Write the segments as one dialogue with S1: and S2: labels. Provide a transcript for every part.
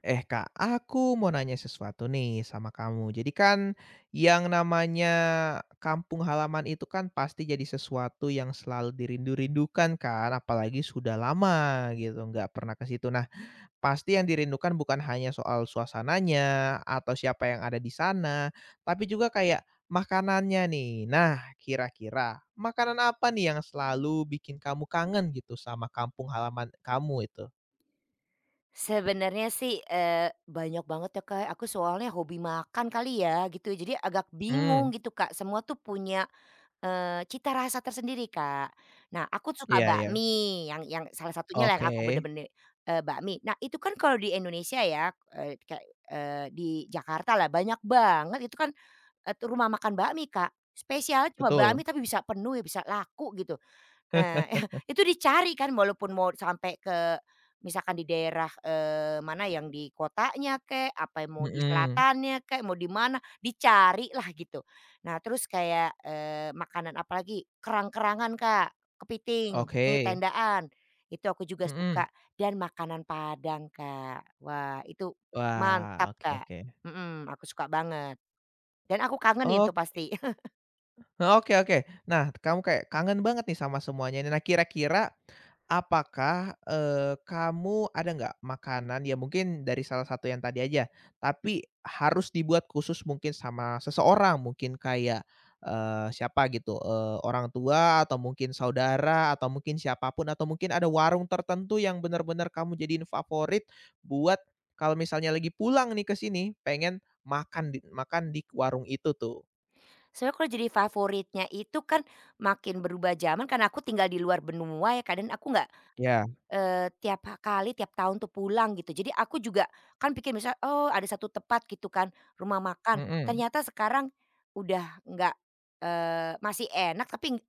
S1: Eh Kak, aku mau nanya sesuatu nih sama kamu. Jadi kan yang namanya kampung halaman itu kan pasti jadi sesuatu yang selalu dirindu-rindukan kan, apalagi sudah lama gitu nggak pernah ke situ. Nah, pasti yang dirindukan bukan hanya soal suasananya atau siapa yang ada di sana, tapi juga kayak makanannya nih. Nah, kira-kira makanan apa nih yang selalu bikin kamu kangen gitu sama kampung halaman kamu itu?
S2: Sebenarnya sih, banyak banget ya, Kak, aku soalnya hobi makan kali ya gitu, jadi agak
S1: Hmm,
S2: bingung gitu, Kak, semua tuh punya, cita rasa tersendiri, Kak. Nah, aku suka
S1: iya ya.
S2: bakmi yang salah satunya lah yang
S1: Oke.
S2: aku bener-bener, bakmi. Nah, itu kan kalau di Indonesia ya, kayak, eee, di Jakarta lah banyak banget itu kan, rumah makan bakmi, Kak. Spesial cuma
S1: Betul.
S2: bakmi tapi bisa penuh ya, bisa laku gitu. Nah, itu dicari kan walaupun mau sampai ke misalkan di daerah, mana yang di kotanya kek, apa yang mau di
S1: Mhm.
S2: selatannya kek, mau di mana, dicari lah gitu. Nah terus kayak, makanan apalagi, kerang-kerangan Kak, kepiting, ini
S1: Oke.
S2: tendaan, itu aku juga
S1: Mhm.
S2: suka dan makanan Padang Kak. Wah itu
S1: Wah,
S2: mantap
S1: oke
S2: Kak,
S1: oke.
S2: mhm, aku suka banget dan aku kangenin tuh
S1: Oke.
S2: pasti.
S1: Nah, oke oke. Nah, kamu kayak kangen banget nih sama semuanya ini. Nah, kira-kira apakah, kamu ada nggak makanan ya mungkin dari salah satu yang tadi aja, tapi harus dibuat khusus mungkin sama seseorang, mungkin kayak, siapa gitu, orang tua atau mungkin saudara atau mungkin siapapun atau mungkin ada warung tertentu yang benar-benar kamu jadiin favorit buat kalau misalnya lagi pulang nih ke sini, pengen makan di warung itu tuh?
S2: Sebenarnya kalau jadi favoritnya itu kan makin berubah zaman karena aku tinggal di luar benua ya kadang aku nggak,
S1: Ya,
S2: tiap ha kali tiap tahun tuh pulang gitu. Jadi aku juga kan pikir misal, oh ada satu tempat gitu kan rumah makan,
S1: mhm.
S2: ternyata sekarang udah nggak, masih enak tapi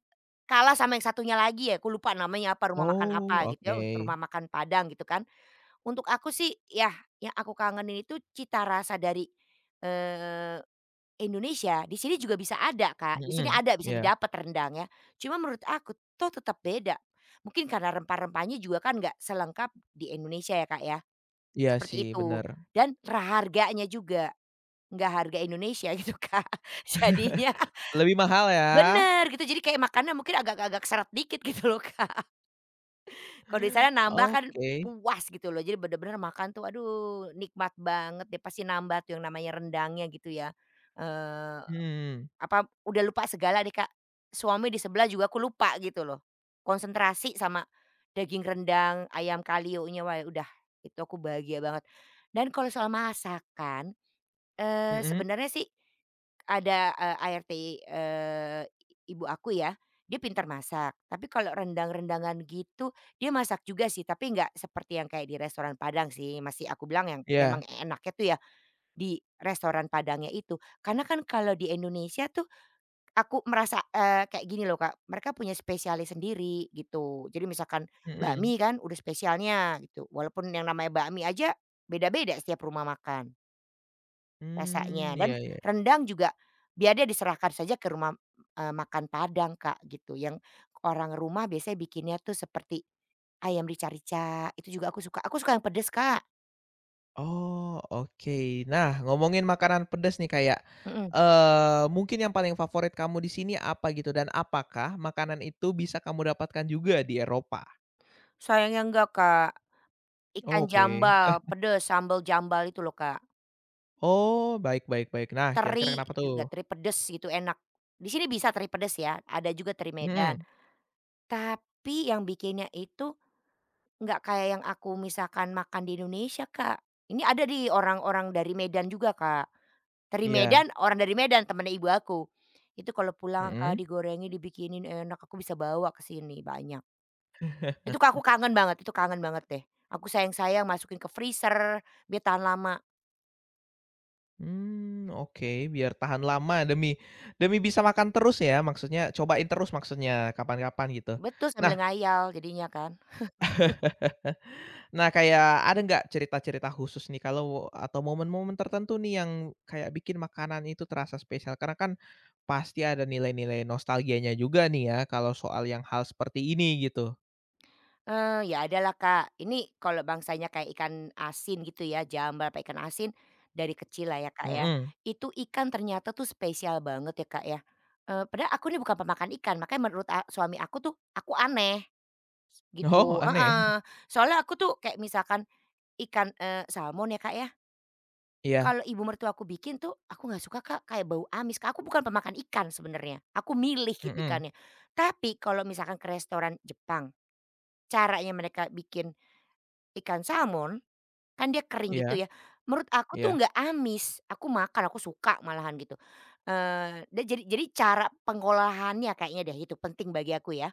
S2: kalah sama yang satunya lagi ya, aku lupa namanya apa, rumah makan
S1: Oh,
S2: apa gitu ya,
S1: oke.
S2: untuk rumah makan Padang gitu kan. Untuk aku sih ya yang aku kangenin itu cita rasa dari, eee Indonesia, di sini juga bisa ada Kak, di sini
S1: Mhm,
S2: ada bisa
S1: iya
S2: didapat rendang ya, cuma menurut aku tuh tetap beda. Mungkin karena rempah-rempahnya juga kan nggak selengkap di Indonesia ya Kak ya,
S1: iya
S2: seperti
S1: sih,
S2: itu.
S1: bener.
S2: Dan harganya juga, nggak harga Indonesia gitu Kak, jadinya
S1: Lebih mahal ya?
S2: bener gitu, jadi kayak makannya mungkin agak-agak seret dikit gitu loh Kak. Kalau di sana nambah kan
S1: Oke.
S2: puas gitu loh, jadi bener-bener makan tuh aduh nikmat banget deh, pasti nambah tuh yang namanya rendangnya gitu ya, eee
S1: Mhm,
S2: Apa udah lupa segala deh, Kak. Suami di sebelah juga aku lupa gitu loh. Konsentrasi sama daging rendang, ayam kalionya, wah udah itu aku bahagia banget. Dan kalau soal masakan,
S1: mhm,
S2: sebenarnya sih ada, ART, ibu aku ya, dia pintar masak. Tapi kalau rendang-rendangan gitu dia masak juga sih, tapi nggak seperti yang kayak di restoran Padang sih, masih aku bilang yang
S1: iya,
S2: memang enaknya tuh ya di restoran Padangnya itu. Karena kan kalau di Indonesia tuh aku merasa, kayak gini loh Kak, mereka punya spesialis sendiri gitu. Jadi misalkan
S1: mhm,
S2: bakmi kan udah spesialnya gitu, walaupun yang namanya bakmi aja beda-beda setiap rumah makan
S1: mmm,
S2: rasanya dan
S1: iya iya.
S2: rendang juga biar dia diserahkan saja ke rumah, makan Padang Kak gitu, yang orang rumah biasanya bikinnya tuh seperti ayam rica-rica itu juga aku suka yang pedes Kak,
S1: Oh, oke. Nah, ngomongin makanan pedes nih kayak,
S2: mhm.
S1: mungkin yang paling favorit kamu di sini apa gitu dan apakah makanan itu bisa kamu dapatkan juga di Eropa?
S2: Sayangnya enggak Kak. Ikan
S1: Oke.
S2: jambal pedes, sambal jambal itu loh Kak.
S1: Oh, baik baik baik. Nah, kira-kira
S2: Teri
S1: kenapa tuh?
S2: juga, teri pedes gitu enak. Di sini bisa teri pedes ya, ada juga teri Medan.
S1: Mhm,
S2: Tapi yang bikinnya itu nggak kayak yang aku misalkan makan di Indonesia, Kak. Ini ada di orang-orang dari Medan juga, Kak. Teri
S1: iya,
S2: Medan, orang dari Medan temennya ibu aku. Itu kalau pulang, Kak,
S1: mhm.
S2: digorengin, dibikinin enak, aku bisa bawa ke sini banyak. Itu Kak, aku kangen banget, itu kangen banget deh. Aku sayang-sayang masukin ke freezer biar tahan lama.
S1: Hmm, oke, biar tahan lama demi demi bisa makan terus ya maksudnya, cobain terus maksudnya kapan-kapan gitu.
S2: Betul, sambil
S1: Nah
S2: ngayal jadinya kan.
S1: nah kayak ada nggak cerita-cerita khusus nih kalau atau momen-momen tertentu nih yang kayak bikin makanan itu terasa spesial? Karena kan pasti ada nilai-nilai nostalgianya juga nih ya kalau soal yang hal seperti ini gitu.
S2: Eh ya adalah Kak. Ini kalau bangsanya kayak ikan asin gitu ya, jambal apa ikan asin dari kecil lah ya, Kak, ya.
S1: Mhm.
S2: Itu ikan ternyata tuh spesial banget ya, Kak, ya. Padahal aku ini bukan pemakan ikan, makanya menurut suami aku tuh aku aneh
S1: Oh,
S2: gitu
S1: aneh?
S2: heeh. Soalnya aku tuh kayak misalkan ikan, salmon ya, Kak, ya,
S1: Iya.
S2: kalau ibu mertua aku bikin tuh aku nggak suka, Kak, kayak bau amis, Kak. Aku bukan pemakan ikan sebenarnya, aku milih gitu
S1: Mhm.
S2: ikannya. Tapi kalau misalkan ke restoran Jepang, caranya mereka bikin ikan salmon, kan dia kering gitu
S1: Iya
S2: ya, menurut aku tuh
S1: iya.
S2: nggak amis, aku makan, aku suka malahan gitu. Eee, da jadi cara pengolahannya kayaknya deh itu penting bagi aku ya.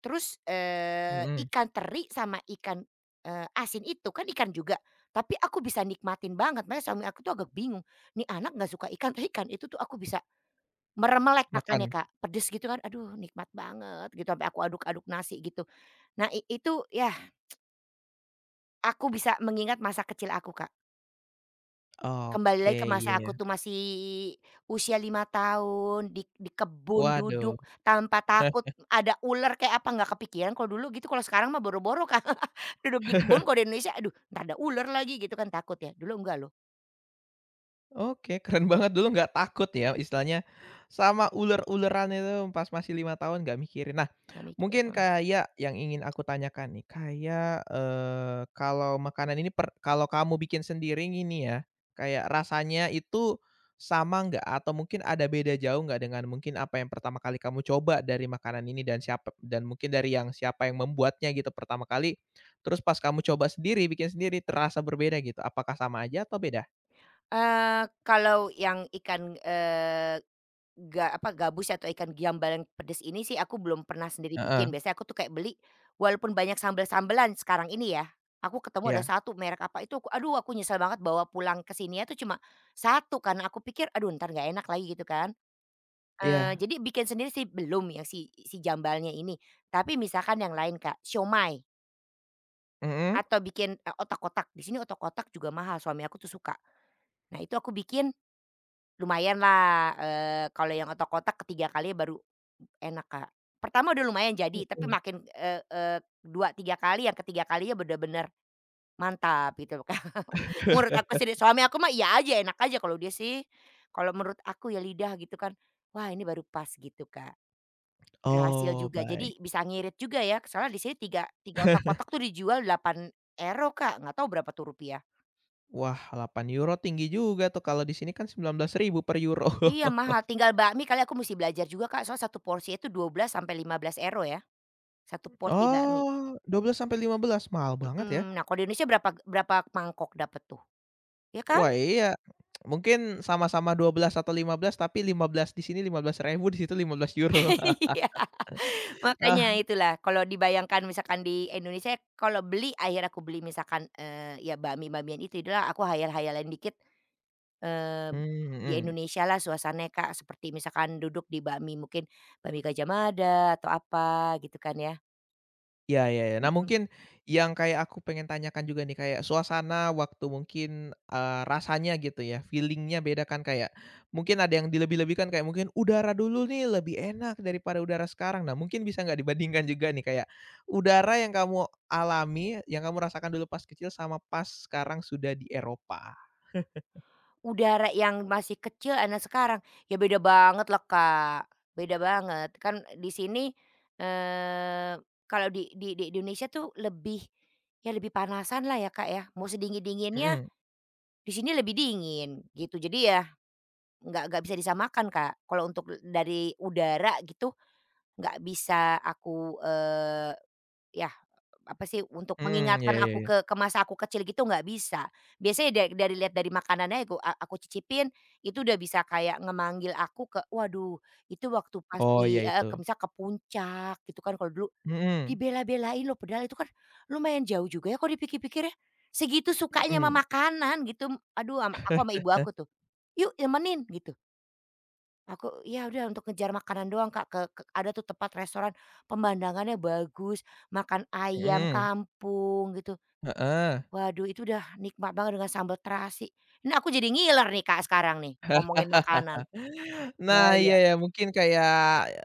S2: Terus,
S1: Mhm.
S2: ikan teri sama ikan, asin itu kan ikan juga, tapi aku bisa nikmatin banget, makanya suami aku tuh agak bingung, "Nih anak nggak suka ikan tapi ikan itu tuh aku bisa meremelek makannya,
S1: Makan?
S2: Kak, pedes gitu kan, aduh nikmat banget," gitu, sampai aku aduk-aduk nasi gitu. Nah itu ya aku bisa mengingat masa kecil aku, Kak. Kembali
S1: Oke,
S2: lagi ke masa aku
S1: iya.
S2: tuh masih usia 5 tahun, di kebun
S1: Waduh.
S2: duduk tanpa takut ada ular kayak apa, nggak kepikiran kalau dulu gitu, kalau sekarang mah boro-boro, kan. Duduk di kebun kalau di Indonesia, aduh entar ada ular lagi gitu kan takut ya, dulu enggak loh,
S1: Oke, keren banget dulu nggak takut ya istilahnya sama uler-uleran itu pas masih 5 tahun nggak mikirin. Nah,
S2: nggak mikir,
S1: mungkin
S2: mhm.
S1: kayak yang ingin aku tanyakan nih, kayak, kalau makanan ini per kalau kamu bikin sendiri ini ya, kayak rasanya itu sama nggak atau mungkin ada beda jauh nggak dengan mungkin apa yang pertama kali kamu coba dari makanan ini dan siapa dan mungkin dari yang siapa yang membuatnya gitu pertama kali, terus pas kamu coba sendiri, bikin sendiri terasa berbeda gitu, apakah sama aja atau beda?
S2: Kalau yang ikan, gabus atau ikan giambal yang pedes ini sih aku belum pernah sendiri
S1: Heeh,
S2: bikin, biasanya aku tuh kayak beli, walaupun banyak sambel-sambelan sekarang ini ya, aku ketemu ada
S1: iya.
S2: satu merek apa itu, aku aduh aku nyesel banget bawa pulang ke sininya tuh cuma satu karena aku pikir, aduh ntar nggak enak lagi gitu kan.
S1: Iya,
S2: Jadi bikin sendiri sih belum yang si si jambalnya ini, tapi misalkan yang lain Kak, siomay
S1: mhm?
S2: atau bikin, otak-otak, di sini otak-otak juga mahal suami aku tuh suka. Nah itu aku bikin lumayanlah, kalau yang otak-otak ketiga 3 kali baru enak, Kak. Pertama udah lumayan jadi, tapi
S1: Mhm.
S2: makin, eee eee, 2, 3 kali, yang ketiga kalinya bener-bener mantap gitu loh, Kak. Menurut aku sendiri, suami aku mah iya aja, enak aja, kalau dia sih kalau menurut aku ya lidah gitu kan, wah ini baru pas gitu, Kak. Berhasil
S1: Oh,
S2: juga, jadi
S1: baik.
S2: bisa ngirit juga ya, soalnya di sini 3 3 otak-otak tuh dijual €8 Kak, nggak tahu berapa tuh rupiah.
S1: Wah, 8 euro tinggi juga tuh kalau di sini kan 19.000 per euro.
S2: Iya mahal, tinggal bakmi kali aku musti belajar juga, Kak, soalnya satu porsi itu €12 sampai €15 ya. Satu porsi bakmi,
S1: Oh, 12 sampai 15, mahal banget ya.
S2: mhm. Nah, kalau di Indonesia berapa berapa mangkok dapat tuh, ya kan?
S1: Wah, iya. Mungkin sama-sama 12 atau 15, tapi 15 di sini 15.000, di situ €15.
S2: Iya, makanya itulah kalau dibayangkan misalkan di Indonesia kalau beli akhirnya aku beli misalkan, ya bakmi-bakmian itu adalah aku khayal-khayalan dikit, eee,
S1: Mmm,
S2: di
S1: mhm.
S2: Indonesia lah suasananya, Kak, seperti misalkan duduk di bakmi mungkin bakmi Gajah Mada atau apa gitu kan ya,
S1: Iya iya iya. Nah,
S2: mhm.
S1: mungkin yang kayak aku pengen tanyakan juga nih, kayak suasana waktu mungkin, rasanya gitu ya, feeling-nya beda kan kayak mungkin ada yang dilebih-lebihkan kayak mungkin udara dulu nih lebih enak daripada udara sekarang. Nah, mungkin bisa nggak dibandingkan juga nih kayak udara yang kamu alami, yang kamu rasakan dulu pas kecil sama pas sekarang sudah di Eropa?
S2: Udara yang masih kecil anak sekarang, ya beda banget lah, Kak, beda banget. Kan di sini, kalau di Indonesia tuh lebih, ya lebih panasan lah ya, Kak, ya. Mau sedingin-dinginnya
S1: Mhm,
S2: di sini lebih dingin gitu. Jadi ya nggak bisa disamakan, Kak. Kalau untuk dari udara gitu nggak bisa aku, ya apa sih, untuk
S1: mhm, iya
S2: mengingatkan
S1: iya
S2: aku
S1: iya.
S2: ke masa aku kecil gitu nggak bisa. Biasanya dari lihat dari makanannya aku cicipin, itu udah bisa kayak ngemanggil aku ke waduh itu waktu
S1: Oh, iya
S2: pasti di ke
S1: itu.
S2: misal ke puncak gitu kan kalau dulu,
S1: Mhm,
S2: dibela-belain loh padahal itu kan lumayan jauh juga ya kalau dipikir-pikir ya. Segitu sukanya sama
S1: mhm,
S2: makanan gitu, aduh aku sama ibu aku tuh, "Yuk temenin," gitu. Aku ya udah untuk ngejar makanan doang Kak, ke ada tuh tempat restoran pemandangannya bagus, makan ayam
S1: mhm,
S2: kampung gitu.
S1: heeh.
S2: Waduh itu udah nikmat banget dengan sambal terasi. Ini aku jadi ngiler nih Kak sekarang nih, ngomongin makanan.
S1: Nah, iya
S2: Bahaya.
S1: ya, mungkin kayak,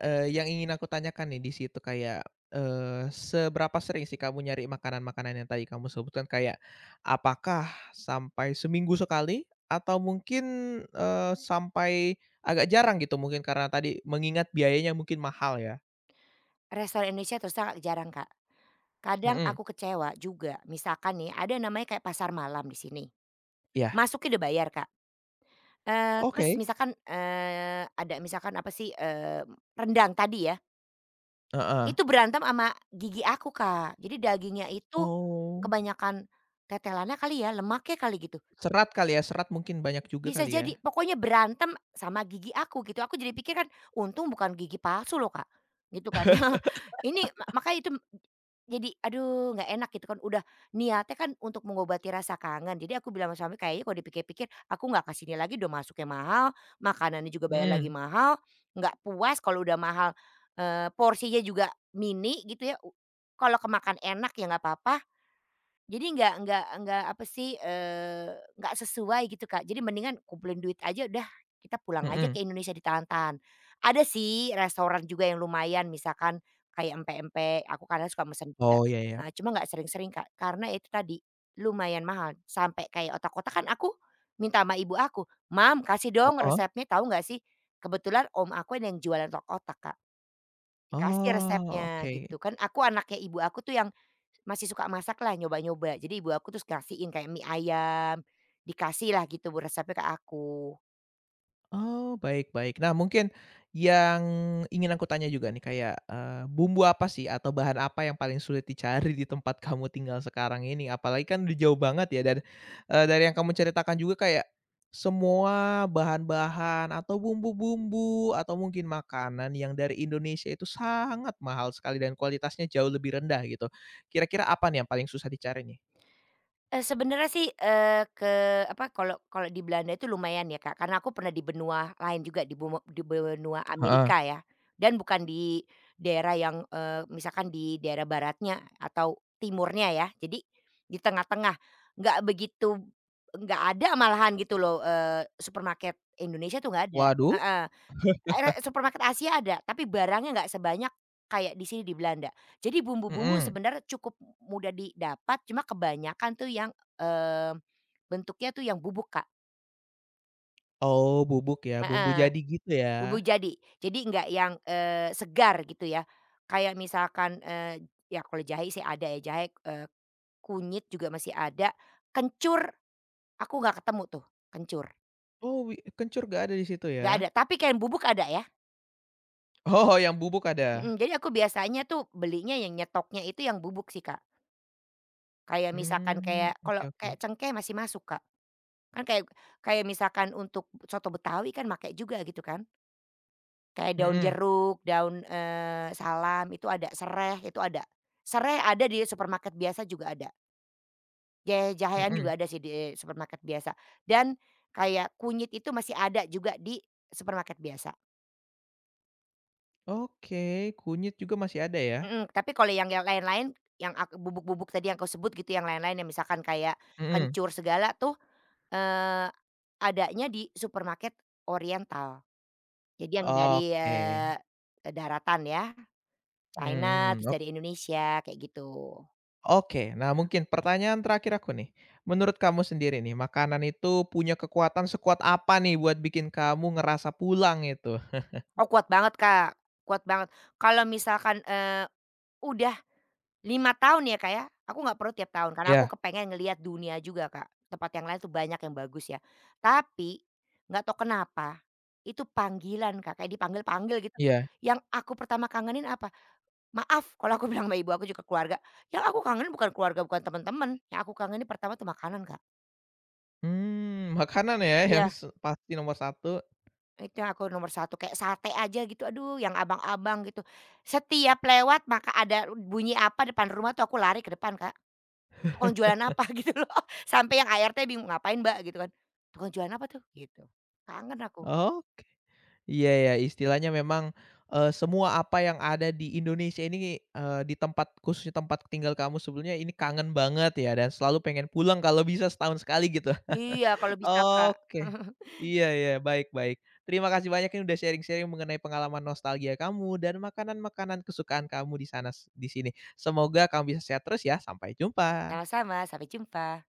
S1: yang ingin aku tanyakan nih di situ kayak, eee, seberapa sering sih kamu nyari makanan-makanan yang tadi kamu sebutkan? Kayak apakah sampai seminggu sekali? Atau mungkin, eee, sampai agak jarang gitu mungkin karena tadi mengingat biayanya mungkin mahal ya?
S2: Restoran Indonesia terus terang jarang Kak. Kadang
S1: Mhm,
S2: aku kecewa juga, misalkan nih ada namanya kayak pasar malam di sini,
S1: iya,
S2: masuknya udah bayar Kak. Terus
S1: oke,
S2: misalkan, ada misalkan apa sih, rendang tadi ya.
S1: heeh.
S2: Itu berantem sama gigi aku, Kak. Jadi dagingnya itu
S1: Oh,
S2: kebanyakan tetelannya kali ya, lemaknya kali gitu
S1: serat kali ya, serat mungkin banyak juga
S2: bisa
S1: kali ya?
S2: jadi, pokoknya berantem sama gigi aku gitu, aku jadi pikir kan, untung bukan gigi palsu loh Kak, gitu kan ya. Ini ma Makanya itu jadi aduh nggak enak gitu kan, udah niatnya kan untuk mengobati rasa kangen, jadi aku bilang sama suami, "Kayaknya kalau dipikir-pikir aku nggak ke sini lagi, udah masuknya mahal, makanannya juga bayar lagi
S1: Mhm,
S2: mahal, nggak puas kalau udah mahal, porsinya juga mini gitu ya, kalau kemakan enak ya nggak apa-apa, jadi nggak apa sih, nggak sesuai gitu, Kak. Jadi mendingan kumpulin duit aja udah, kita pulang aja
S1: mhm.
S2: ke Indonesia ditahan-tahan." Ada sih restoran juga yang lumayan misalkan kayak empek-empek, aku kadang suka mesen juga.
S1: Oh, iya iya,
S2: Nah, cuma nggak sering-sering, Kak, karena itu tadi lumayan mahal sampai kayak otak-otak kan aku minta sama ibu aku, "Mam, kasih dong
S1: heeh.
S2: resepnya." Tahu nggak sih, kebetulan om aku yang jualan otak-otak, Kak. Dikasih
S1: Oh,
S2: resepnya
S1: oke.
S2: gitu kan, aku anaknya ibu aku tuh yang masih suka masak lah, nyoba-nyoba. Jadi ibu aku terus ngasihin kayak mie ayam, dikasih lah gitu bu resepnya ke aku.
S1: Oh, baik baik. Nah, mungkin yang ingin aku tanya juga nih kayak, bumbu apa sih atau bahan apa yang paling sulit dicari di tempat kamu tinggal sekarang ini? Apalagi kan udah jauh banget ya dan, dari yang kamu ceritakan juga kayak semua bahan-bahan atau bumbu-bumbu atau mungkin makanan yang dari Indonesia itu sangat mahal sekali dan kualitasnya jauh lebih rendah gitu. Kira-kira apa nih yang paling susah dicari nih?
S2: Sebenarnya sih, kalau kalau di Belanda itu lumayan ya Kak, karena aku pernah di benua lain juga di benua
S1: Heeh.
S2: Amerika ya, dan bukan di daerah yang, misalkan di daerah baratnya atau timurnya ya. Jadi di tengah-tengah, nggak begitu nggak ada malahan gitu loh, supermarket Indonesia tuh nggak ada,
S1: Waduh,
S2: heeh. Era supermarket Asia ada, tapi barangnya nggak sebanyak kayak di sini di Belanda. Jadi bumbu-bumbu
S1: mhm.
S2: sebenarnya cukup mudah didapat, cuma kebanyakan tuh yang, bentuknya tuh yang bubuk, Kak.
S1: Oh, bubuk ya, bumbu
S2: Heeh,
S1: jadi gitu ya?
S2: bumbu jadi. Jadi nggak yang, segar gitu ya. Kayak misalkan, ya kalau jahe sih ada ya, jahe, kunyit juga masih ada, kencur aku nggak ketemu tuh, kencur,
S1: Oh, wi kencur nggak ada di situ ya?
S2: nggak ada. Tapi kayak yang bubuk ada ya,
S1: Oh, yang bubuk ada?
S2: mhm, jadi aku biasanya tuh belinya yang nyetoknya itu yang bubuk sih, Kak. Kayak misalkan
S1: Mmm,
S2: kayak kalau
S1: oke oke.
S2: kayak cengkeh masih masuk, Kak. Kan kayak kayak misalkan untuk soto Betawi kan make juga gitu kan. Kayak daun
S1: Mhm,
S2: jeruk, daun, salam itu ada. Sereh ada di supermarket biasa juga ada. Jahean
S1: mhm.
S2: juga ada sih di supermarket biasa. Dan kayak kunyit itu masih ada juga di supermarket biasa.
S1: Oke, kunyit juga masih ada ya?
S2: Mhm, tapi kalau yang lain-lain yang bubuk-bubuk tadi yang kau sebut gitu yang lain-lain yang misalkan kayak
S1: Mhm.
S2: kencur segala tuh Eee, adanya di supermarket oriental. Jadi yang dari,
S1: Oke,
S2: daratan ya, China
S1: mhm,
S2: terus
S1: ok
S2: dari Indonesia kayak gitu.
S1: oke. Nah, mungkin pertanyaan terakhir aku nih, menurut kamu sendiri nih makanan itu punya kekuatan sekuat apa nih buat bikin kamu ngerasa pulang itu?
S2: Oh kuat banget, Kak, kuat banget. Kalau misalkan, udah 5 tahun ya, Kak, ya, aku nggak perlu tiap tahun karena aku
S1: Iya
S2: kepengen ngelihat dunia juga, Kak. Tempat yang lain tuh banyak yang bagus ya. Tapi nggak tahu kenapa itu panggilan, Kak, kayak dipanggil-panggil gitu.
S1: iya.
S2: Yang aku pertama kangenin apa maaf kalau aku bilang sama ibu aku juga keluarga, yang aku kangen bukan keluarga, bukan teman-teman, yang aku kangenin pertama tuh makanan, Kak.
S1: Mmm, makanan ya yang
S2: Iya.
S1: se pasti nomor satu.
S2: Itu yang aku nomor satu kayak sate aja gitu, aduh yang abang-abang gitu. Setiap lewat maka ada bunyi apa depan rumah tuh aku lari ke depan, Kak. "Tukang jualan apa?" Gitu loh. Sampai yang ART bingung, "Ngapain Mbak?" Gitu kan. "Tukang jualan apa tuh?" Gitu. Kangen aku.
S1: Oke. Iya ya, istilahnya memang, semua apa yang ada di Indonesia ini, di tempat khususnya tempat tinggal kamu sebelumnya ini kangen banget ya dan selalu pengen pulang kalau bisa setahun sekali gitu.
S2: Iya kalau bisa, Kak.
S1: Oke. Iya ya, baik baik. Terima kasih banyak ini udah sharing-sharing mengenai pengalaman nostalgia kamu dan makanan-makanan kesukaan kamu di sana di sini. Semoga kamu bisa sehat terus ya, sampai jumpa.
S2: Sama-sama, sampai jumpa.